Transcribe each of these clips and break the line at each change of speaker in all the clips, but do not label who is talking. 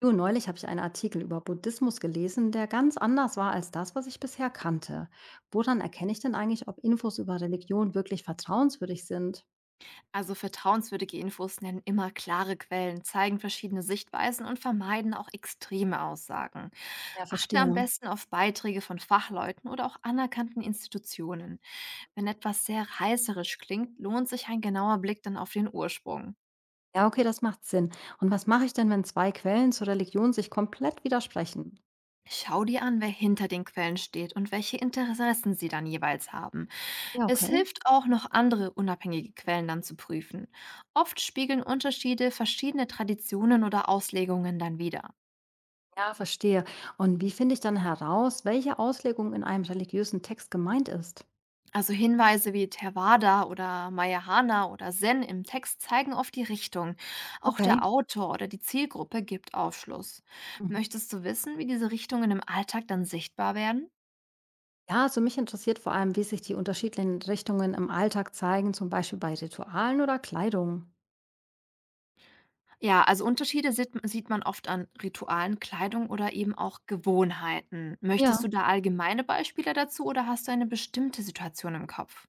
Du, neulich habe ich einen Artikel über Buddhismus gelesen, der ganz anders war als das, was ich bisher kannte. Woran erkenne ich denn eigentlich, ob Infos über Religion wirklich vertrauenswürdig sind?
Also vertrauenswürdige Infos nennen immer klare Quellen, zeigen verschiedene Sichtweisen und vermeiden auch extreme Aussagen.
Ja,
Achte am
verstehe.
besten auf Beiträge von Fachleuten oder auch anerkannten Institutionen. Wenn etwas sehr reißerisch klingt, lohnt sich ein genauer Blick dann auf den Ursprung.
Ja, okay, das macht Sinn. Und was mache ich denn, wenn zwei Quellen zur Religion sich komplett widersprechen?
Schau dir an, wer hinter den Quellen steht und welche Interessen sie dann jeweils haben.
Ja,
Es
okay.
hilft auch noch andere unabhängige Quellen dann zu prüfen. Oft spiegeln Unterschiede verschiedene Traditionen oder Auslegungen dann wider.
Ja, verstehe. Und wie finde ich dann heraus, welche Auslegung in einem religiösen Text gemeint ist?
Also Hinweise wie Theravada oder Mahayana oder Zen im Text zeigen oft die Richtung. Auch der
Okay.
Autor oder die Zielgruppe gibt Aufschluss.
Mhm.
Möchtest du wissen, wie diese Richtungen im Alltag dann sichtbar werden?
Ja, also mich interessiert vor allem, wie sich die unterschiedlichen Richtungen im Alltag zeigen, zum Beispiel bei Ritualen oder Kleidung.
Ja, also Unterschiede sieht man oft an Ritualen, Kleidung oder eben auch Gewohnheiten. Möchtest du
Ja.
da allgemeine Beispiele dazu oder hast du eine bestimmte Situation im Kopf?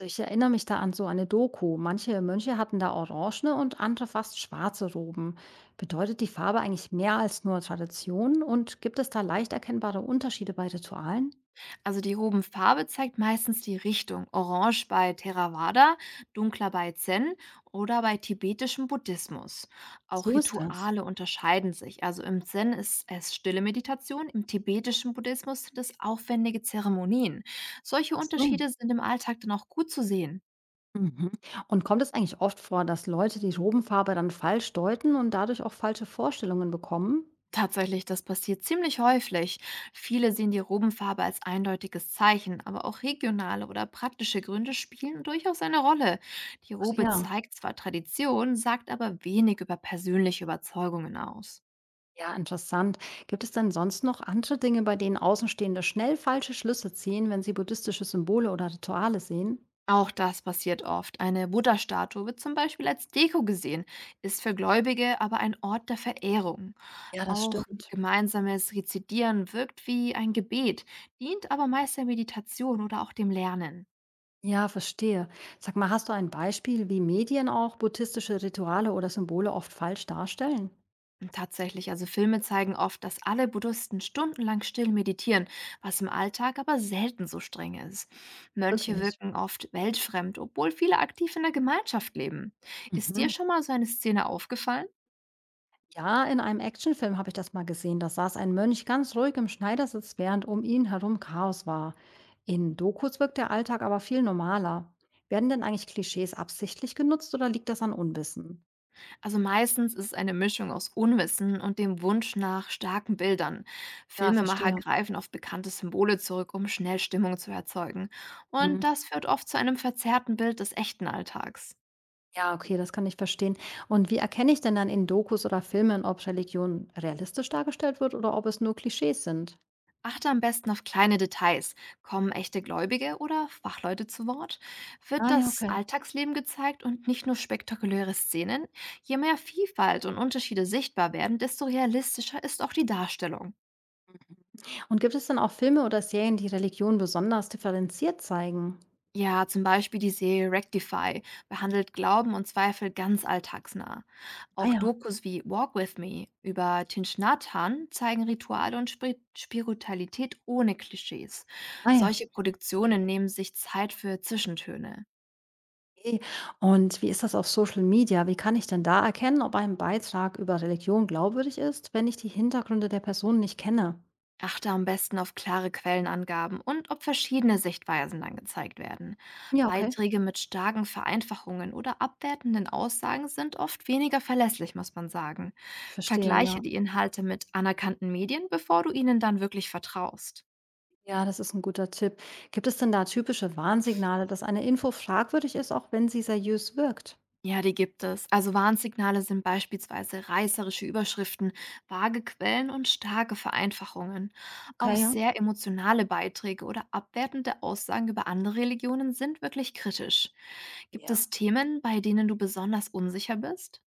Ich erinnere mich da an so eine Doku. Manche Mönche hatten da orangene und andere fast schwarze Roben. Bedeutet die Farbe eigentlich mehr als nur Tradition und gibt es da leicht erkennbare Unterschiede bei Ritualen?
Also die hoben Farbe zeigt meistens die Richtung. Orange bei Theravada, dunkler bei Zen oder bei tibetischem Buddhismus. Auch
So ist das.
Rituale unterscheiden sich. Also im Zen ist es stille Meditation, im tibetischen Buddhismus sind es aufwendige Zeremonien. Solche
Ach so.
Unterschiede sind im Alltag dann auch gut zu sehen.
Mhm. Und kommt es eigentlich oft vor, dass Leute die Robenfarbe dann falsch deuten und dadurch auch falsche Vorstellungen bekommen?
Tatsächlich, das passiert ziemlich häufig. Viele sehen die
Viele-
Robenfarbe als eindeutiges Zeichen, aber auch regionale oder praktische Gründe spielen durchaus eine Rolle. Die
Ach
Robe
ja,
zeigt zwar Tradition, sagt aber wenig über persönliche Überzeugungen aus.
ja, interessant. Gibt es denn sonst noch andere Dinge, bei denen Außenstehende schnell falsche Schlüsse ziehen, wenn sie buddhistische Symbole oder Rituale sehen?
Auch das passiert oft. Eine Buddha-Statue wird zum Beispiel als Deko gesehen, ist für Gläubige aber ein Ort der Verehrung.
Ja, das
Auch
stimmt.
gemeinsames Rezidieren wirkt wie ein Gebet, dient aber meist der Meditation oder auch dem Lernen.
Ja, verstehe. Sag mal, hast du ein Beispiel, wie Medien auch buddhistische Rituale oder Symbole oft falsch darstellen?
Tatsächlich, also Filme zeigen oft, dass alle Buddhisten stundenlang still meditieren, was im Alltag aber selten so streng ist. Mönche
Wirklich?
wirken oft weltfremd, obwohl viele aktiv in der Gemeinschaft leben. Ist dir
Mhm.
schon mal so eine Szene aufgefallen?
Ja, in einem Actionfilm habe ich das mal gesehen. Da saß ein Mönch ganz ruhig im Schneidersitz, während um ihn herum Chaos war. In Dokus wirkt der Alltag aber viel normaler. Werden denn eigentlich Klischees absichtlich genutzt oder liegt das an Unwissen?
Also meistens ist es eine Mischung aus Unwissen und dem Wunsch nach starken Bildern.
Ja,
Filmemacher
verstehe.
greifen auf bekannte Symbole zurück, um schnell Stimmung zu erzeugen. Und
Mhm.
das führt oft zu einem verzerrten Bild des echten Alltags.
Ja, okay, das kann ich verstehen. Und wie erkenne ich denn dann in Dokus oder Filmen, ob Religion realistisch dargestellt wird oder ob es nur Klischees sind?
Achte am besten auf kleine Details. Kommen echte Gläubige oder Fachleute zu Wort? Wird
Ah ja,
das
okay.
Alltagsleben gezeigt und nicht nur spektakuläre Szenen? Je mehr Vielfalt und Unterschiede sichtbar werden, desto realistischer ist auch die Darstellung.
Und gibt es denn auch Filme oder Serien, die Religion besonders differenziert zeigen?
Ja, zum Beispiel die Serie Rectify behandelt Glauben und Zweifel ganz alltagsnah.
Ah
Auch
ja,
Dokus wie Walk With Me über Tinchnathan zeigen Rituale und Spiritualität ohne Klischees.
ah ja.
Solche Produktionen nehmen sich Zeit für Zwischentöne.
Okay. Und wie ist das auf Social Media? Wie kann ich denn da erkennen, ob ein Beitrag über Religion glaubwürdig ist, wenn ich die Hintergründe der Person nicht kenne?
Achte am besten auf klare Quellenangaben und ob verschiedene Sichtweisen dann gezeigt werden.
Ja, okay.
Beiträge mit starken Vereinfachungen oder abwertenden Aussagen sind oft weniger verlässlich, muss man sagen.
Verstehe,
Vergleiche
ja.
die Inhalte mit anerkannten Medien, bevor du ihnen dann wirklich vertraust.
Ja, das ist ein guter Tipp. Gibt es denn da typische Warnsignale, dass eine Info fragwürdig ist, auch wenn sie seriös wirkt?
Ja, die gibt es. Also Warnsignale sind beispielsweise reißerische Überschriften, vage Quellen und starke Vereinfachungen. Auch
Okay, ja.
sehr emotionale Beiträge oder abwertende Aussagen über andere Religionen sind wirklich kritisch. Gibt
Ja.
es Themen, bei denen du besonders unsicher bist?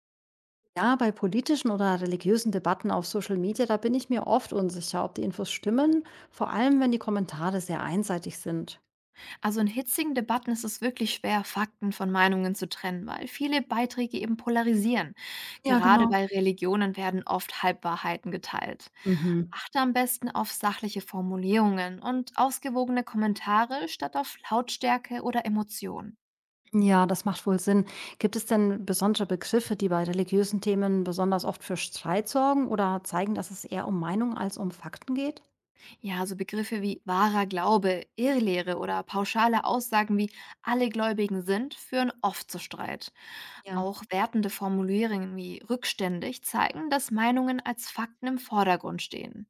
Ja, bei politischen oder religiösen Debatten auf Social Media, da bin ich mir oft unsicher, ob die Infos stimmen, vor allem wenn die Kommentare sehr einseitig sind.
Also in hitzigen Debatten ist es wirklich schwer, Fakten von Meinungen zu trennen, weil viele Beiträge eben polarisieren.
Ja,
Gerade
genau.
bei Religionen werden oft Halbwahrheiten geteilt.
Mhm.
Achte am besten auf sachliche Formulierungen und ausgewogene Kommentare statt auf Lautstärke oder Emotionen.
Ja, das macht wohl Sinn. Gibt es denn besondere Begriffe, die bei religiösen Themen besonders oft für Streit sorgen oder zeigen, dass es eher um Meinung als um Fakten geht?
Ja, so Begriffe wie wahrer Glaube, Irrlehre oder pauschale Aussagen wie alle Gläubigen sind führen oft zu Streit.
Ja.
Auch wertende Formulierungen wie rückständig zeigen, dass Meinungen als Fakten im Vordergrund stehen.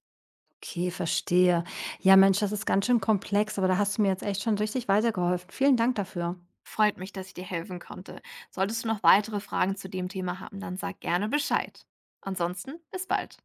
Okay, verstehe. Ja, Mensch, das ist ganz schön komplex, aber da hast du mir jetzt echt schon richtig weitergeholfen. Vielen Dank dafür.
Freut mich, dass ich dir helfen konnte. Solltest du noch weitere Fragen zu dem Thema haben, dann sag gerne Bescheid. Ansonsten bis bald.